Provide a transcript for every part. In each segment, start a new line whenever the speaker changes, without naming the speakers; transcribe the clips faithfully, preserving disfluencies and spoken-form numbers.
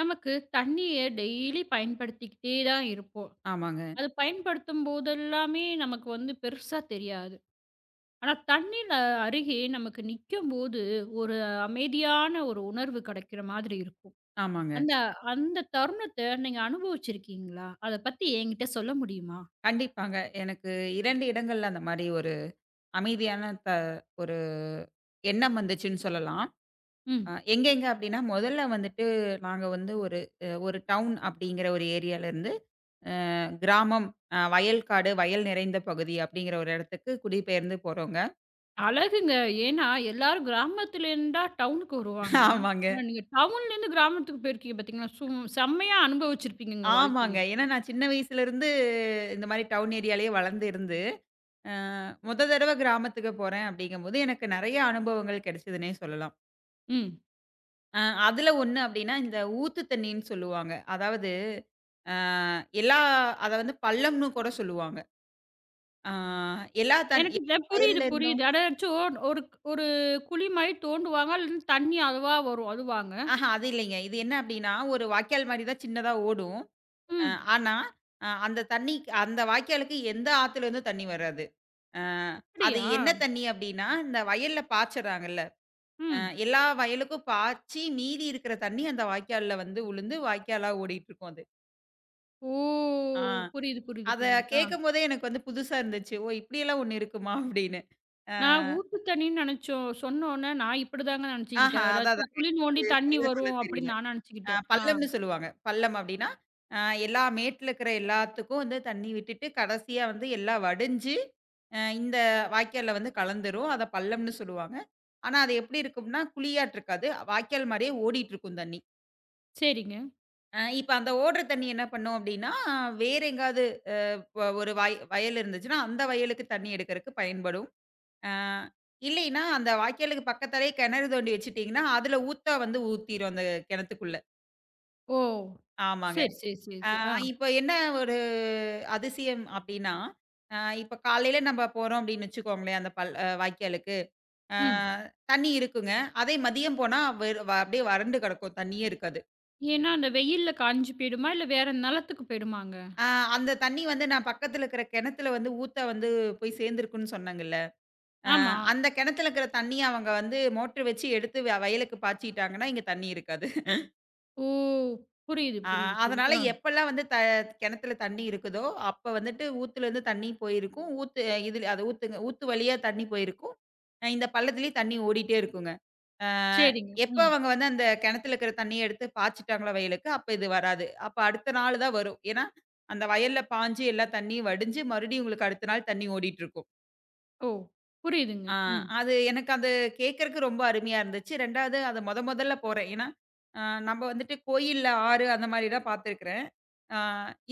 நமக்கு தண்ணிய டெய்லி பயன்படுத்திக்கிட்டே தான் இருப்போம்.
ஆமாங்க,
அது பயன்படுத்தும் போதெல்லாமே நமக்கு வந்து பெருசா தெரியாது. ஆனா தண்ணீல அருகே நமக்கு நிக்கும்போது, ஒரு அமைதியான ஒரு உணர்வு கிடைக்கிற மாதிரி இருக்கும்.
ஆமாங்க.
அந்த அந்த தருணத்த நீங்க அனுபவிச்சிருக்கீங்களா? அத பத்தி என்கிட்ட சொல்ல முடியுமா?
கண்டிப்பாங்க. எனக்கு இரண்டு இடங்கள்ல அந்த மாரி ஒரு அமைதியான த ஒரு எண்ணம் வந்துச்சுன்னு சொல்லலாம். அ
ம்.
எங்கெங்க அப்டின்னா, முதல்ல வந்துட்டு நாங்க வந்து ஒரு அ ஒரு டவுன் அப்டிங்கிற ஒரு ஏரியாலருந்து அ கிராமம், அ வயல்காடு, வயல் நிறைந்த பகுதி அப்டிங்கிற ஒரு இடத்துக்கு குடிபெயர்ந்து போறோங்க.
அழகுங்க. ஏன்னா எல்லாரும் கிராமத்துலேருந்தா டவுனுக்கு வருவாங்க.
ஆமாங்க,
ஆனா நீங்க டவுன்லேருந்து கிராமத்துக்கு போயிருக்கீங்க பார்த்தீங்களா, சும் செம்மையா அனுபவிச்சிருப்பீங்கங்க
ஆமாங்க.
வாழ்க்கைய.
ஏன்னா நான் சின்ன வயசுலருந்து இந்த மாரி டவுன் ஏரியாலயே வளர்ந்து இருந்து, அ மொத தடவ கிராமத்துக்கு போறேன் அப்டிங்கும்போது எனக்கு நெறைய அனுபவங்கள் கிடைச்சதுன்னே சொல்லலாம்.
ம்.
அ அதுல ஒண்ணு அப்படின்னா, இந்த ஊத்து தண்ணீன்னு சொல்லுவாங்க. அதாவது அ எல்லா அத வந்து பள்ளம்ன்னு கூட சொல்லுவாங்க. அ எல்லா தண்
எனக்கு இத
எல்லா
புரியுது,
வயல்ல இருந்தும்
புரியுது. அதாச்சும் ஒரு ஒரு குழி மாரி தோண்டுவாங்க. அதுலருந்து தண்ணி அதுவா வரும். அதுவாங்க?
ஆஹ, அது இல்லைங்க. இது என்ன அப்படின்னா, ஒரு வாய்க்கால் மாரி தான் சின்னதா ஓடும். அ
ம்.
ஆனா, அ அந்த தண்ணி அந்த வாய்க்காலுக்கு எந்த ஆத்துல இருந்தும் தண்ணி வராது. அ அது
அப்படியா?
என்ன தண்ணி அப்படின்னா, இந்த வயல்ல பாய்ச்சறாங்கல்ல. அ
ம்.
எல்லா வயலுக்கும் பாய்ச்சி மீதி இருக்கிற தண்ணி அந்த வாய்க்கால்ல வந்து உழுந்து வாய்க்காலா ஓடிட்டு இருக்கும் அது.
ஓ!
ஆ.
புரியுது, புரியுது,
அத
புரியுது. ஆ.
கேட்கும்போதே எனக்கு வந்து புதுசா இருந்துச்சு. ஓ! இப்படியெல்லாம் ஒண்ணு இருக்குமா? அப்படின்னு. அ
நான் ஊத்து தண்ணின்னு நெனச்சோம். சொன்னோனே நான் இப்படிதாங்க
ஆஹா,
நெனச்சுக்கிட்டேன்.
அதான்
அதாச்சும்
அதாங்க.
குழி
எனக்கு அது
நோண்டி தண்ணி
சரியா சொல்ல
வரும்
தெரியல.
அப்படின்னு நான்
அ
நெனச்சுக்கிட்டேன். ஆ.
பள்ளம்ன்னு சொல்லுவாங்க. பள்ளம் அப்படின்னா, அ எல்லா மேட்ல இருக்கிற எல்லாத்துக்கும் வந்து தண்ணி விட்டுட்டு, கடைசியா வந்து எல்லாம் வடிஞ்சு, அ இந்த வாய்க்கால்ல வந்து கலந்துரும். அத பள்ளம்ன்னு சொல்லுவாங்க. ஆனா, அது எப்படி இருக்கும்னா, குழியாட்டு இருக்காது. வாய்க்கால் மாரியே ஓடிட்டு இருக்கும் தண்ணி.
சரிங்க.
அ இப்ப அந்த ஓடுற தண்ணி என்ன பண்ணும் அப்படின்னா, வேற எங்காவது அ ஒ ஒரு வய வயல் இருந்துச்சுன்னா, அந்த வயலுக்கு தண்ணி எடுக்கிறதுக்கு பயன்படும். ஆ, இல்லைன்னா, அந்த வாய்க்காலுக்கு பக்கத்திலேயே கிணறு தோண்டி வச்சுட்டீங்கன்னா, அதுல ஊத்தா வந்து ஊத்திரும் அந்த கிணத்துக்குள்ள.
ஓ!
ஆமாங்க.
சரி, சரி, சரி,
ஆ,
சரி. ஆ.
இப்ப என்ன ஒரு அதிசயம் அப்டின்னா, அ இப்ப காலையில நம்ம போறோம் அப்டின்னு வச்சுக்கோங்களேன், அந்த பல் அ வாய்க்காலுக்கு. ஆ,
ம்.
தண்ணி இருக்குங்க. அதே மதியம் போனா வெறு வ அப்டியே வறண்டு கிடக்கும். தண்ணியே இருக்காது.
ஏன்னா அந்த வெயில்ல காஞ்சு போயிடுமா? இல்ல வேற நிலத்துக்கு போயிடுமாங்க?
ஆ, அந்த தண்ணி வந்து நான் பக்கத்துல இருக்கிற கிணத்துல வந்து ஊத்த வந்து போய் சேர்ந்துருக்குன்னு சொன்னேங்கல்ல. ஆ,
ஆமா.
அந்த கிணத்துல இருக்கிற தண்ணிய அவங்க வந்து மோட்டர் வச்சு எடுத்து வ வயலுக்கு பாய்ச்சிட்டாங்கன்னா, இங்க தண்ணி இருக்காது.
ஓ! புரியுது,
ஆ,
புரியுது, புரியுது.
அதனால
ஆ.
எப்பல்லாம் வந்து த கிணத்துல தண்ணி இருக்குதோ, அப்ப வந்துட்டு ஊத்துலேருந்து தண்ணி போயிருக்கும். ஊத்து, இதுல அது ஊத்துங்க, ஊத்து வழியா தண்ணி போயிருக்கும். அ இந்த பள்ளத்துலயும் தண்ணி ஓடிட்டே இருக்குங்க. அ
சரிங்க.
எப்ப
ம்.
அவங்க வந்து அந்த கிணத்துல இருக்கிற தண்ணிய எடுத்து பாய்ச்சிட்டாங்களோ வயலுக்கு, அப்ப இது வராது. அப்ப அடுத்த நாள் தான் வரும். ஏன்னா, அந்த வயல்ல பாய்ஞ்சு எல்லா தண்ணியும் வடிஞ்சு, மறுபடியும் உங்களுக்கு அடுத்த நாள் தண்ணி ஓடிட்டு இருக்கும்.
ஓ! புரியுதுங்க.
ஆ,
ம்.
அது எனக்கு அது கேட்கறக்கு ரொம்ப அருமையா இருந்துச்சு. ரெண்டாவது அத மொத மொதல்ல போறேன். ஏன்னா, அ நம்ம வந்துட்டு கோயில்ல ஆறு அந்த மாரி தான் பார்த்துருக்கிறேன். ஆ,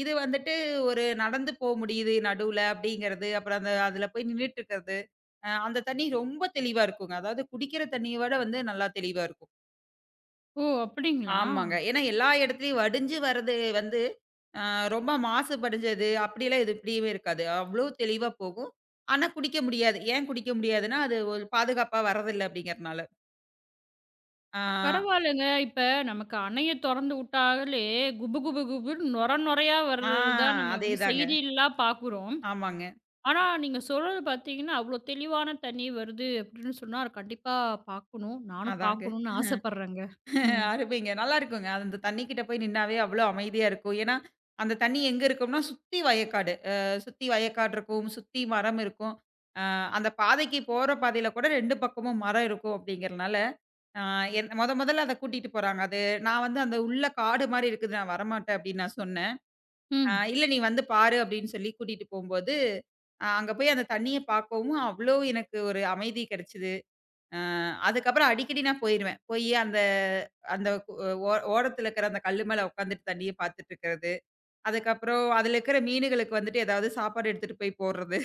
இது வந்துட்டு ஒரு நடந்து போ முடியுது நடுவுல அப்படிங்கிறது, அப்புறம் அந்த அதுல போய் நின்னுட்டு இருக்கிறது. அ அந்த தண்ணி ரொம்ப தெளிவா இருக்குங்க. அதாவது குடிக்கிற தண்ணிய விட வந்து நல்லா தெளிவா இருக்கும்.
ஓ! அப்படிங்களா?
ஆமாங்க. ஏன்னா எல்லா இடத்துலயும் வடிஞ்சு வர்றது வந்து, அ ரொம்ப மாசுபடிஞ்சது அப்படிலாம் இது இப்படியுமே இருக்காது. அவ்ளோ தெளிவா போகும். ஆனா குடிக்க முடியாது. ஏன் குடிக்க முடியாதுன்னா, அது ஒரு பாதுகாப்பா வர்றதில்ல அப்படிங்கிறனால. ஆ,
பரவாயில்லங்க. இப்ப நமக்கு அணைய தொறந்து விட்டாலே குபு குபு குபுன்னு நொர நொரையா
ஆ,
வர்றது தான் நம்ம வந்து
அதேதாங்க.
செய்தில்லாம் பார்க்குறோம்.
ஆமாங்க.
ஆனா நீங்க சொல்றது பார்த்தீங்கன்னா, அவ்வளோ தெளிவான தண்ணி வருது அப்படின்னு சொன்னா, அத கண்டிப்பா பார்க்கணும். நானும்
அதாங்க.
பார்க்கணும்னு ஆசைப்படுறேங்க. ம்.
அருமைங்க. நல்லாருக்குங்க. அந்த தண்ணி கிட்ட போய் நின்னாவே அவ்ளோ அமைதியா இருக்கும். ஏன்னா, அந்த தண்ணி எங்க இருக்கும்னா, சுத்தி வயக்காடு. அ சுத்தி வயக்காடு இருக்கும், சுத்தி மரம் இருக்கும். அ அந்த பாதைக்கு போற பாதையில கூட ரெண்டு பக்கமும் மரம் இருக்கும் அப்படிங்கிறனால ஆ, என் மொத மொதல்ல அத கூட்டிட்டு போறாங்க. அது நான் வந்து அந்த உள்ள காடு மாரி இருக்குது. நான் வரமாட்டேன் அப்படின்னு நான் சொன்னேன். அ
ம்.
இல்ல நீ வந்து பாரு அப்படின்னு சொல்லி கூட்டிட்டு போம்போது, அ அங்க போய் அந்த தண்ணிய பார்க்கவும் அவ்ளோ எனக்கு ஒரு அமைதி கிடைச்சது. அ அதுக்கப்புறம் அடிக்கடி நான் போயிருவேன். போயி அந்த அந்த கு- ஓ, ஓரத்துல இருக்கிற அந்த கல்லு மேல உட்காந்துட்டு தண்ணிய பார்த்துட்டு இருக்கிறது. அதுக்கப்புறம் அதுல இருக்கிற மீனுகளுக்கு வந்துட்டு ஏதாவது சாப்பாடு எடுத்துட்டு போய் போடுறது.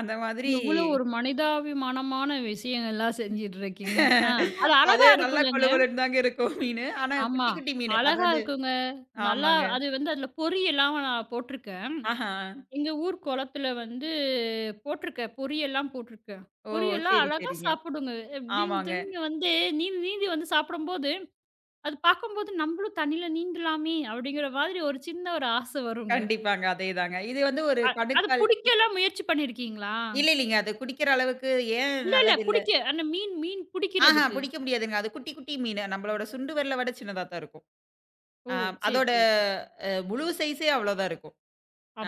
அந்த மாதிரி
எவ்வளோ ஒரு மனிதாபிமானமான விஷயங்கள்லாம் செஞ்சுட்டு இருக்கீங்க. ஆ அது
அது
அழகா
நல்லா கொழு
இருக்கும்லங்க.
கொழுன்னு தாங்க இருக்கும் மீனு. ஆனா
ஆமா.
குட்டி குட்டி மீனு. அது
அழகா
வந்து
இருக்குங்க. நல்லா
ஆமாங்க.
அது வந்து அதில பொரியெல்லாம் நான் போட்டிருக்கேன்.
ஆஹா.
எங்க ஊர் குளத்துல வந்து போட்டிருக்க. பொரியல்லாம் போட்டிருக்க.
ஓ!
பொரியல்லாம்
சரி,
அழகா
சரிங்க.
சாப்பிடுங்க.
ஆமாங்க.
எப்படின்னு வந்து நீந்தி நீந்தி வந்து சாப்பிடும்போது, அது பார்க்கும்போது நம்பளும் தண்ணீல நீந்தலாமே! அப்படிங்கிற மாதிரி ஒரு சின்ன ஒரு ஆசை வருங்க.
கண்டிப்பாங்க. அதேதாங்க. இது வந்து ஒரு
அது
கணுக்கால்
புடிக்கலாம் முயற்சி பண்ணியிருக்கீங்களா?
இல்ல, இல்லீங்க. அது குடிக்கிற அளவுக்கு ஏன்
இல்ல, இல்ல.
நல்லது இல்ல
புடிக்க அந்த மீன் மீன்
ஆஹா,
புடிக்கிறதுக்கு.
பிடிக்க முடியாதுங்க. அது குட்டி, குட்டி மீனு. நம்மளோட சுண்டு விரல விட சின்னதா தான் இருக்கும்.
ஓ!
ஆ,
சரி,
அதோட
சரி, சரி.
அ முழு சைஸே அவ்வளோதான் இருக்கும்.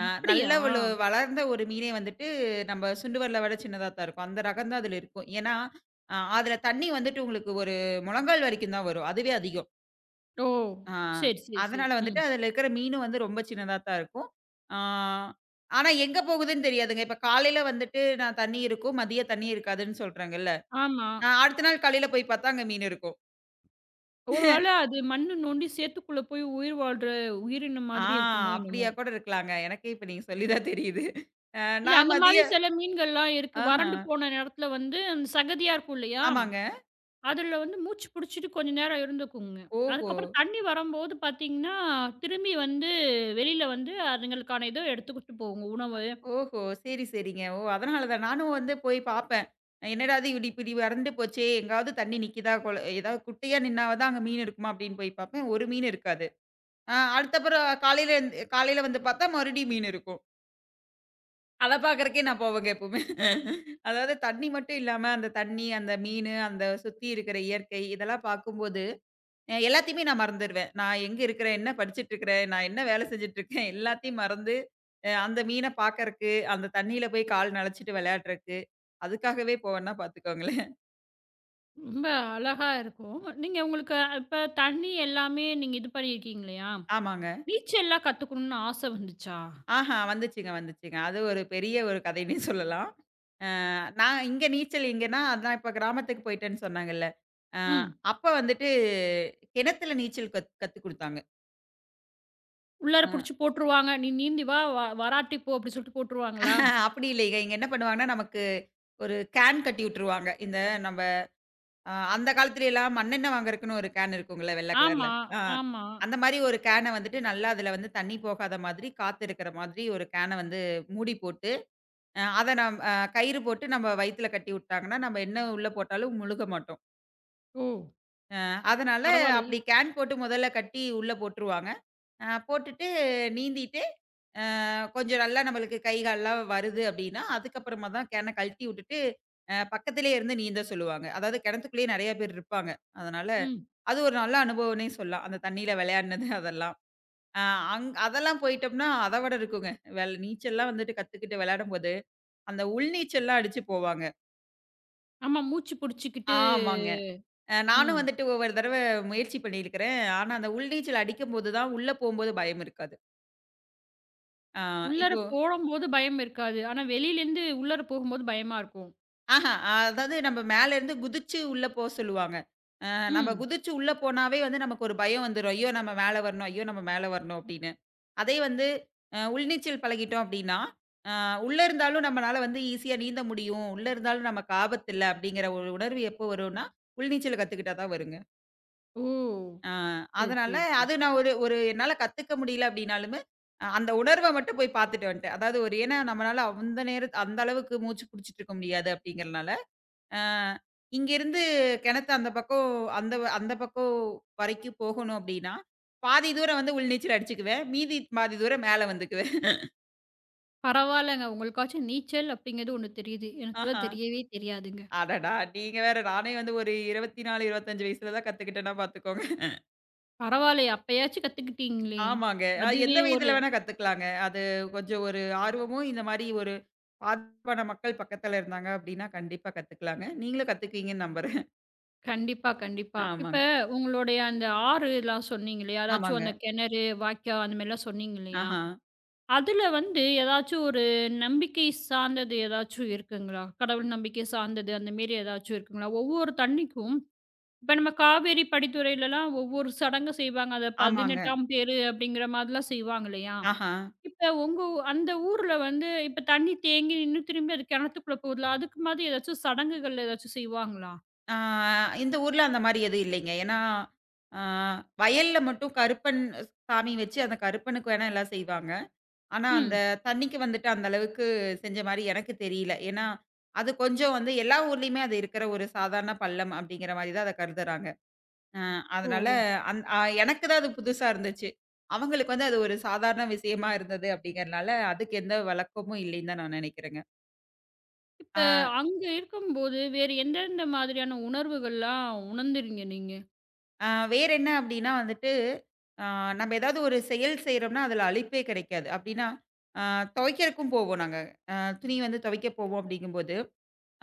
ஆ, நல்ல ஒரு வளர்ந்த ஒரு மீனே வந்துட்டு நம்ம சுண்டு விரல விட சின்னதா தான் இருக்கும். அந்த ரகம் தான் அதில இருக்கும். ஏன்னா, அ அதில தண்ணி வந்துட்டு உங்களுக்கு ஒரு முழங்கால் வரைக்கும் தான் வரும். அதுவே அதிகம்.
ஓ!
ஆ.
சரி, சரி, சரி.
அதனால
ம்.
வந்துட்டு அதுல இருக்கிற மீனும் வந்து ரொம்ப சின்னதா தான் இருக்கும். ஆ, ஆனா எங்க போகுதுன்னு தெரியாதுங்க. இப்ப காலையில வந்துட்டு நான் தண்ணி இருக்கும், மதியம் தண்ணி இருக்காதுன்னு சொல்றாங்கல்ல.
ஆமா.
அ அடுத்த நாள் காலையில போய் பார்த்தா அங்க மீன் இருக்கும்.
ஒரு வேள அது மண்ணு நோண்டி சேத்துக்குள்ள போய் உயிர் வாழ்ற உயிரினம்
ஆ,
மாதிரி இருக்குமோ
அப்படியா
என்னமோ!
கூட இருக்கலாங்க. எனக்கே இப்ப நீங்க சொல்லி தான் தெரியுது. அ
இல்ல
நான்
அந்த
மதிய
மாதிரி சில மீன்கள்லாம் இருக்கு.
ஆஹா.
வறண்டு போன இடத்துல வந்து அந்த சகதியா இருக்கும் இல்லையா?
ஆமாங்க.
அதுல வந்து மூச்சு புடிச்சுட்டு கொஞ்ச நேரம் இருந்துக்குங்க.
ஓஹோ!
அதுக்கப்புறம் தண்ணி வரம்போது பார்த்தீங்கன்னா, திரும்பி வந்து வெளியில வந்து அதுங்களுக்கான இத எடுத்துக்கிட்டு போகுங்க உணவு.
ஓஹோ! சரி, சரிங்க. ஓ! அதனால தான் நானும் வந்து போய் பார்ப்பேன். என்னடா இது இப்படி இப்படி வறண்டு போச்சே! எங்காவது தண்ணி நிக்குதா? கொள ஏதாவது குட்டையா நின்னாவாவது அங்க மீன் இருக்குமா? அப்படின்னு போய் பார்ப்பேன். ஒரு மீன் இருக்காது. ஆ, அடுத்த அப்புறம் காலையில எழுந்து காலையில வந்து பார்த்தா மறுபடியும் மீன் இருக்கும். அத பார்க்கறக்கே நான் போவேங்க எப்பவுமே. அதாவது தண்ணி மட்டும் இல்லாம, அந்த தண்ணி, அந்த மீனு, அந்த சுத்தி இருக்கிற இயற்கை இதெல்லாம் பார்க்கும்போது, அ எல்லாத்தையுமே நான் மறந்துருவேன். நான் எங்க இருக்கிறேன்? என்ன படிச்சுட்டு இருக்கிறேன்? நான் என்ன வேலை செஞ்சுட்டு இருக்கேன்? எல்லாத்தையும் மறந்து, அ அந்த மீன பார்க்கறக்கு, அந்த தண்ணீல போய் கால் நனச்சுட்டு விளையாடுறக்கு, அதுக்காகவே போவேன்னா பார்த்துக்கோங்களேன்.
ரொம்ப அழகா இருக்கும். நீங்க உங்களுக்கு இப்ப தண்ணி எல்லாமே நீங்க இது பண்ணியிருக்கீங்க இல்லையா?
ஆமாங்க.
நீச்சல்லாம் கத்துக்கணும்னு ஆசை வந்துச்சா?
ஆஹா, வந்துச்சுங்க வந்துச்சுங்க. அது ஒரு பெரிய ஒரு கதைன்னே சொல்லலாம். நான் இங்க நீச்சல் எங்கன்னா, அதான் இப்ப கிராமத்துக்கு போயிட்டேன்னு சொன்னாங்கல்ல. அ
ம்.
அப்ப வந்துட்டு கிணத்துல நீச்சல் கத் கத்துக் குடுத்தாங்க.
உள்ளார
அ
புடிச்சு போட்டுருவாங்க. "நீ நீந்தி வா, வ வராட்டி போ" அப்படி சொல்லிட்டு போட்டுருவாங்களா?
அப்படி இல்லைங்க. இங்க என்ன பண்ணுவாங்கன்னா, நமக்கு ஒரு கேன் கட்டி விட்டுருவாங்க. இந்த நம்ம அ அந்த காலத்துல எல்லாம் மண்ணெண்ணெய் வாங்குறதுக்குன்னு ஒரு கேன் இருக்கும்ல, வெள்ள கலர்ல.
ஆமா,
ஆ,
ஆமா.
அந்த மாரி ஒரு கேன வந்துட்டு நல்லா அதுல வந்து தண்ணி போகாத மாதிரி, காத்து இருக்கிற மாதிரி ஒரு கேன வந்து மூடி போட்டு, அ அத நம் அ கயிறு போட்டு நம்ம வயித்துல கட்டி விட்டாங்கன்னா, நம்ம என்ன உள்ள போட்டாலும் முழுக மாட்டோம்.
ஓ!
அ அதனால
பரவாயில்லையே!
அப்படி கேன் போட்டு முதல்ல கட்டி உள்ள போட்டுருவாங்க. அ போட்டுட்டு நீந்திட்டு, அ கொஞ்சம் நல்லா நம்மளுக்கு கை, கால்லாம் வருது அப்படின்னா, அதுக்கப்புறமா தான் கேன கழட்டி விட்டுட்டு, அ பக்கத்திலேயே இருந்து நீந்த சொல்லுவாங்க. அதாவது கிணத்துக்குள்ளேயே நெறைய பேர் இருப்பாங்க. அதனால
ம்.
அது ஒரு நல்ல அனுபவம்னே சொல்லலாம். அந்த தண்ணீல விளையாடுனது அதெல்லாம். அ அங் அதெல்லாம் போயிட்டோம்னா அத விட இருக்குங்க. வெள் நீச்சல்லாம் வந்துட்டு கத்துக்கிட்டு விளையாடும்போது, அந்த உள்நீச்சல்லாம் அடிச்சு போவாங்க.
ஆமா. மூச்சு புடிச்சுக்கிட்டு,
ஆமாங்க. அ நானும்
ம்.
வந்துட்டு ஒவ்வொரு தடவ முயற்சி பண்ணியிருக்கிறேன். ஆனா, அந்த உள்நீச்சல் அடிக்கும்போது தான் உள்ள போம்போது பயம் இருக்காது. ஆ,
உள்ளார
இப்போ
போம்போது பயம் இருக்காது. ஆனா வெளியிலேருந்து உள்ளார போகும்போது பயமா இருக்கும்.
ஆஹா, அதாவது நம்ம மேல இருந்து குதிச்சு உள்ள போ சொல்லுவாங்க. அ நம்ம
ம்.
குதிச்சு உள்ள போனாவே வந்து நமக்கு ஒரு பயம் வந்துரும். ஐயோ! நம்ம மேல வரணும். ஐயோ! நம்ம மேல வரணும் அப்படின்னு. அதே வந்து அ உள்நீச்சல் பழகிட்டோம் அப்படின்னா, அ உள்ள இருந்தாலும் நம்மனால வந்து ஈஸியா நீந்த முடியும். உள்ள இருந்தாலும் நமக்கு ஆபத்தில்ல அப்படிங்கிற ஒரு உணர்வு எப்போ வரும்னா, உள்நீச்சல் கத்துக்கிட்டா தான் வருங்க.
ஓ!
ஆ,
சரி,
அதனால
சரி, சரி.
அது நான் ஒரு ஒரு என்னால கத்துக்க முடியல அப்படின்னாலுமே, அ அந்த உணர்வ மட்டும் போய் பார்த்துட்டு வந்துட்டேன். அதாவது ஒரு ஏன்னா நம்மனால அந்த நேர அந்த அளவுக்கு மூச்சு புடிச்சிட்டு இருக்க முடியாது அப்படிங்கிறனால, அ இங்கேருந்து கிணத்து அந்த பக்கம் அந்த வ- அந்த பக்கம் வரைக்கும் போகணும் அப்படின்னா, பாதி தூரம் வந்து உள்நீச்சல் அடிச்சுக்குவேன். மீதி பாதி தூரம் மேல வந்துக்குவேன்.
பரவால்லங்க. உங்களுக்காச்சும் நீச்சல் அப்படிங்கிறது ஒண்ணு தெரியுது. எனக்குலாம்
ஆஹா!
தெரியவே தெரியாதுங்க.
அடடா! நீங்க வேற நானே வந்து ஒரு இருபத்தி நாலு, இருபத்தஞ்சு வயசுல தான் கத்துக்கிட்டேன்னா பார்த்துக்கோங்க.
பரவால்லையே! அப்பயாச்சும் கத்துக்கிட்டீங்களே!
ஆமாங்க. அது
அதுவே
எந்த
ஒரு
வயதில வேணா கத்துக்கலாங்க. அது கொஞ்சம் ஒரு ஆர்வமும் இந்த மாரி ஒரு பாதிப்பான மக்கள் பக்கத்துல இருந்தாங்க அப்படின்னா, கண்டிப்பா கத்துக்கலாங்க. நீங்களும் கத்துக்குவீங்கன்னு நம்புறேன்.
கண்டிப்பா, கண்டிப்பா. இப்ப
ஆமாங்க,
உங்களுடைய அந்த ஆறுலாம் சொன்னீங்க இல்லையா? அதாச்சும்
ஆமாங்க.
அந்த கிணறு, வாய்க்கால் அந்த மாரிலாம் சொன்னீங்க இல்லையா?
ஆஹா,
அதுல வந்து ஏதாச்சும் ஒரு நம்பிக்கை சார்ந்தது ஏதாச்சும் இருக்குங்களா? கடவுள் நம்பிக்கை சார்ந்தது அந்த மேரி ஏதாச்சும் இருக்குங்களா? ஒவ்வொரு தண்ணிக்கும் இப்ப நம்ம காவேரி படித்துறையிலலாம் ஒவ்வொரு சடங்கு செய்வாங்க. அத
ஆமாங்க.
பதினெட்டாம் தேரு அப்படிங்கிற மாதிரிலாம் செய்வாங்க இல்லையா?
ஆஹா.
இப்ப உங்க ஊ அந்த ஊர்ல வந்து இப்ப தண்ணி தேங்கி நின்னு திரும்பி அது கிணத்துக்குள்ள போகுதுல, அதுக்கு மாதிரி ஏதாச்சும் சடங்குகள் ஏதாச்சும் செய்வாங்களா?
ஆ, இந்த ஊர்ல அந்த மாரி எதுவும் இல்லைங்க. ஏன்னா, ஆ, வயல்ல மட்டும் கருப்பன் சாமி வச்சு, அந்த கருப்பனுக்கு வேணா எல்லாம் செய்வாங்க. ஆனா, அந்த
ம்.
தண்ணிக்கு வந்துட்டு அந்த அளவுக்கு செஞ்ச மாரி எனக்கு தெரியல. ஏன்னா, அது கொஞ்சம் வந்து எல்லா ஊர்லயுமே அது இருக்கிற ஒரு சாதாரண பள்ளம் அப்படிங்கிற மாரி தான் அத கருதுறாங்க. அ
ஓ!
அதனால அந் அ எனக்கு தான் அது புதுசா இருந்துச்சு. அவங்களுக்கு வந்து அது ஒரு சாதாரண விஷயமா இருந்தது அப்படிங்கிறனால, அதுக்கு எந்த வழக்கமும் இல்லைன்னு தான் நான் நினைக்கிறேங்க. ஆ,
இப்ப அங்க இருக்கும்போது வேறு எந்தெந்த மாதிரியான உணர்வுகள்லாம் உணர்ந்துறீங்க நீங்க?
ஆ, வேற என்ன அப்படின்னா வந்துட்டு, ஆ, நம்ம ஏதாவது ஒரு செயல் செய்றோம்னா அதுல அலுப்பே கிடைக்காது. அப்படின்னா, ஆ, துவைக்கிறக்கும் போவோம் நாங்க. அ துணி வந்து துவைக்க போவோம் அப்படிங்கும்போது,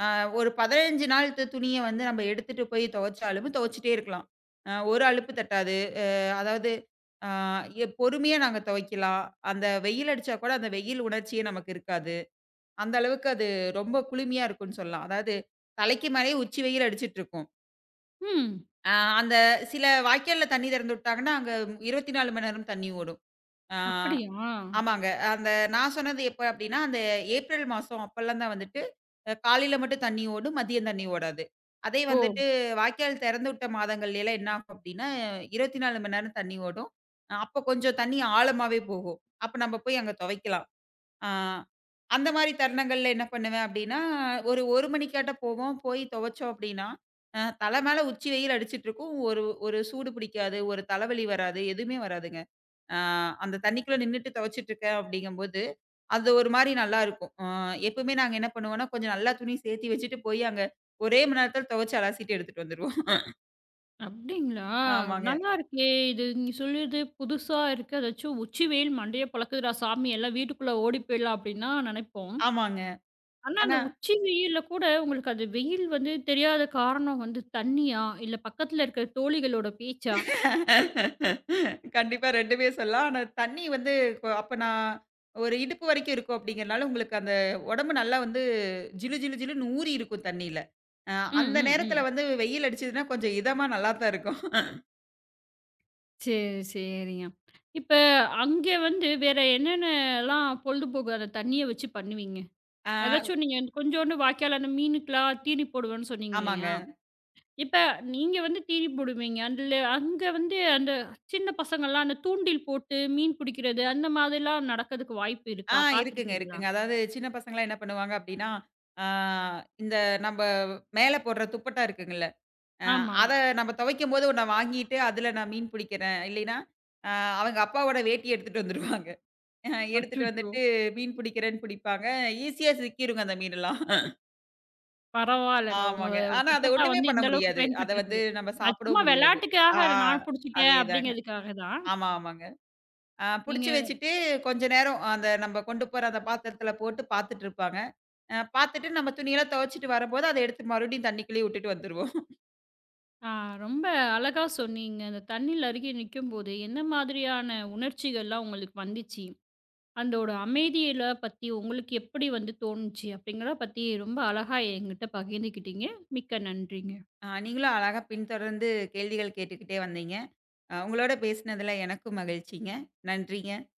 ஆ, ஒரு பதினைந்து நாள் து துணிய வந்து நம்ம எடுத்துட்டு போய் துவைச்சாலும் துவைச்சுட்டே இருக்கலாம். அ ஒரு அலுப்பு தட்டாது. அதாவது ஆ எ பொறுமையா நாங்க துவைக்கலாம். அந்த வெயில் அடிச்சா கூட அந்த வெயில் உணர்ச்சியே நமக்கு இருக்காது. அந்த அளவுக்கு அது ரொம்ப குளுமையா இருக்கும்ன்னு சொல்லலாம். அதாவது தலைக்கு மேலயே உச்சி வெயில் அடிச்சிட்டு இருக்கும்.
ம்.
ஆ, அந்த சில வாய்க்கால்ல தண்ணி திறந்து விட்டாங்கன்னா, அங்க இருபத்தி நாலு மணி நேரம் தண்ணி ஓடும். ஆ.
அப்படியா?
ஆமாங்க. அந்த நான் சொன்னது எப்ப அப்டின்னா, அந்த ஏப்ரல் மாசம் அப்பலாம் தான் வந்துட்டு, அ காலையில மட்டும் தண்ணி ஓடும், மதியம் தண்ணி ஓடாது. அதே
ஓ!
வந்துட்டு வாய்க்கால் திறந்து விட்ட மாதங்கள்லலாம் என்ன ஆகும் அப்டின்னா, இருபத்தி நாலு மணி நேரம் தண்ணி ஓடும். அப்ப கொஞ்சம் தண்ணி ஆழமாவே போகும். அப்ப நம்ம போய் அங்க துவைக்கலாம். ஆ, அந்த மாரி தருணங்கள்ல என்ன பண்ணுவேன் அப்டின்னா, ஒரு 1 மணிக்காட்ட போவோம். போய் துவைச்சோம் அப்டின்னா, அ தலை மேல உச்சி வெயில் அடிச்சிட்டுருக்கும். ஒரு ஒரு சூடு பிடிக்காது, ஒரு தலைவலி வராது, எதுவுமே வராதுங்க. ஆ, அந்த தண்ணிக்குள்ள நின்னுட்டு துவைச்சிட்டு இருக்கேன் அப்டிங்கும்போது, அது ஒரு மாரி நல்லாருக்கும். அ எப்பவுமே நாங்க என்ன பண்ணுவோம்னா, கொஞ்சம் நல்லா துணி சேர்த்தி வச்சுட்டு போய் அங்க ஒரே மணி நேரத்தில துவைச்சு அலசிட்டு எடுத்துட்டு வந்துருவோம்.
அப்டிங்களா?
ஆமாங்க,
நல்லா இருக்கே! இது நீங்க சொல்றது புதுசா இருக்கு. அதாச்சும் உச்சி வெயில் மண்டைய பொளக்குதுடா சாமி எல்லாம் வீட்டுக்குள்ள ஓடி போயிடலாம் அப்டின்னா நெனைப்போம்.
ஆமாங்க.
ஆனா அந்த
ஆனா
உச்சி வெயில்ல கூட உங்களுக்கு அது வெயில் வந்து தெரியாத காரணம் வந்து தண்ணியா? இல்ல பக்கத்துல இருக்கிற தோழிகளோட பேச்சா?
கண்டிப்பா 2மே சொல்லலாம். ஆனா தண்ணி வந்து கொ அப்ப நான் ஒரு இடுப்பு வரைக்கும் இருக்கும் அப்படிங்கிறனால, உங்களுக்கு அந்த உடம்பு நல்லா வந்து ஜிலு ஜிலு ஜிலுன்னு ஊறி இருக்கும் தண்ணீல. அ
ம்,
அந்த
ம்,
நேரத்தில
ம்.
வந்து வெயில் அடிச்சதுன்னா கொஞ்சம் இதமா நல்லா தான் இருக்கும்.
சரி, சரிங்க. இப்ப அங்க வந்து வேற என்னென்னலாம் பொழுதுபோக்கு அந்த தண்ணிய வச்சு பண்ணுவீங்க?
ஆ,
அதாச்சும் நீங்க கொஞ்சோண்டு வாய்க்கால அந்த மீனுக்கெல்லாம் தீனி போடுவேன்னு சொன்னீங்க
ஆமாங்க.
இல்லையா? இப்ப நீங்க வந்து தீனி போடுவீங்க. அதுல அங்க வந்து அந்த சின்ன பசங்கள்லாம் அந்த தூண்டில் போட்டு மீன் பிடிக்கிறது, அந்த மாதிரிலாம் நடக்கிறதுக்கு வாய்ப்பு
ஆ,
இருக்கா?
இருக்குங்க,
பார்த்துருக்கீங்களா?
இருக்குங்க. அதாவது சின்ன பசங்கலாம் என்ன பண்ணுவாங்க அப்படின்னா, ஆ, இந்த நம்ப மேல போடுற துப்பட்டா இருக்குங்கல்ல, அ
ஆமா.
அத நம்ம துவைக்கும்போது ஒண்ண வாங்கிட்டு, அதில நான் மீன் பிடிக்கிறேன். இல்லைன்னா, அ அவங்க அப்பாவோட வேட்டி எடுத்துட்டு வந்துருவாங்க. அ எடுத்துட்டு
அச்சச்சோ!
வந்துட்டு மீன் பிடிக்கிறேன்னு பிடிப்பாங்க. ஈஸியா சிக்கிருங்க அந்த மீனெல்லாம்.
பரவாயில்லங்க. உங்க
ஆமாங்க. ஆனா அத
துப்பட்டா
ஒண்ணுமே
வந்து
பண்ண
இந்த அளவுக்கு
முடியாது. அத வந்து
பயன்பட்டுருக்கு.
நம்ம
அது
சாப்பிடவும்
சும்மா
முடியாது.
விளையாட்டுக்காக
ஆ,
அதை நான் புடிச்சுட்டேன்
அதேதாங்க.
அப்படிங்கிறதுக்காக தான்.
ஆமா, ஆமாங்க. அ
நீங்க
புடிச்சு வச்சுட்டு கொஞ்ச நேரம் அந்த நம்ம கொண்டு போற அந்த பாத்திரத்தில போட்டு பாத்துட்டு இருப்பாங்க. அ பாத்துட்டு நம்ம துணியெல்லாம் துவைச்சுட்டு வரும்போது அத எடுத்து மறுபடியும் தண்ணிக்குள்ளேயே விட்டுட்டு வந்துருவோம்.
ஆ ரொம்ப அழகா சொன்னீங்க. அந்த தண்ணீல அருகே நிக்கும்போது, என்ன மாதிரியான உணர்ச்சிகள்லாம் உங்களுக்கு வந்துச்சு? அந்தோட அமைதியில பத்தி உங்களுக்கு எப்படி வந்து தோணுச்சு? அப்படிங்கிறத பத்தி ரொம்ப அழகா என்கிட்ட பகிர்ந்துக்கிட்டீங்க. மிக்க நன்றிங்க.
அ நீங்களும் அழகா பின்தொடர்ந்து கேள்விகள் கேட்டுக்கிட்டே வந்தீங்க. அ உங்களோட பேசினதுல எனக்கும் மகிழ்ச்சிங்க. நன்றிங்க.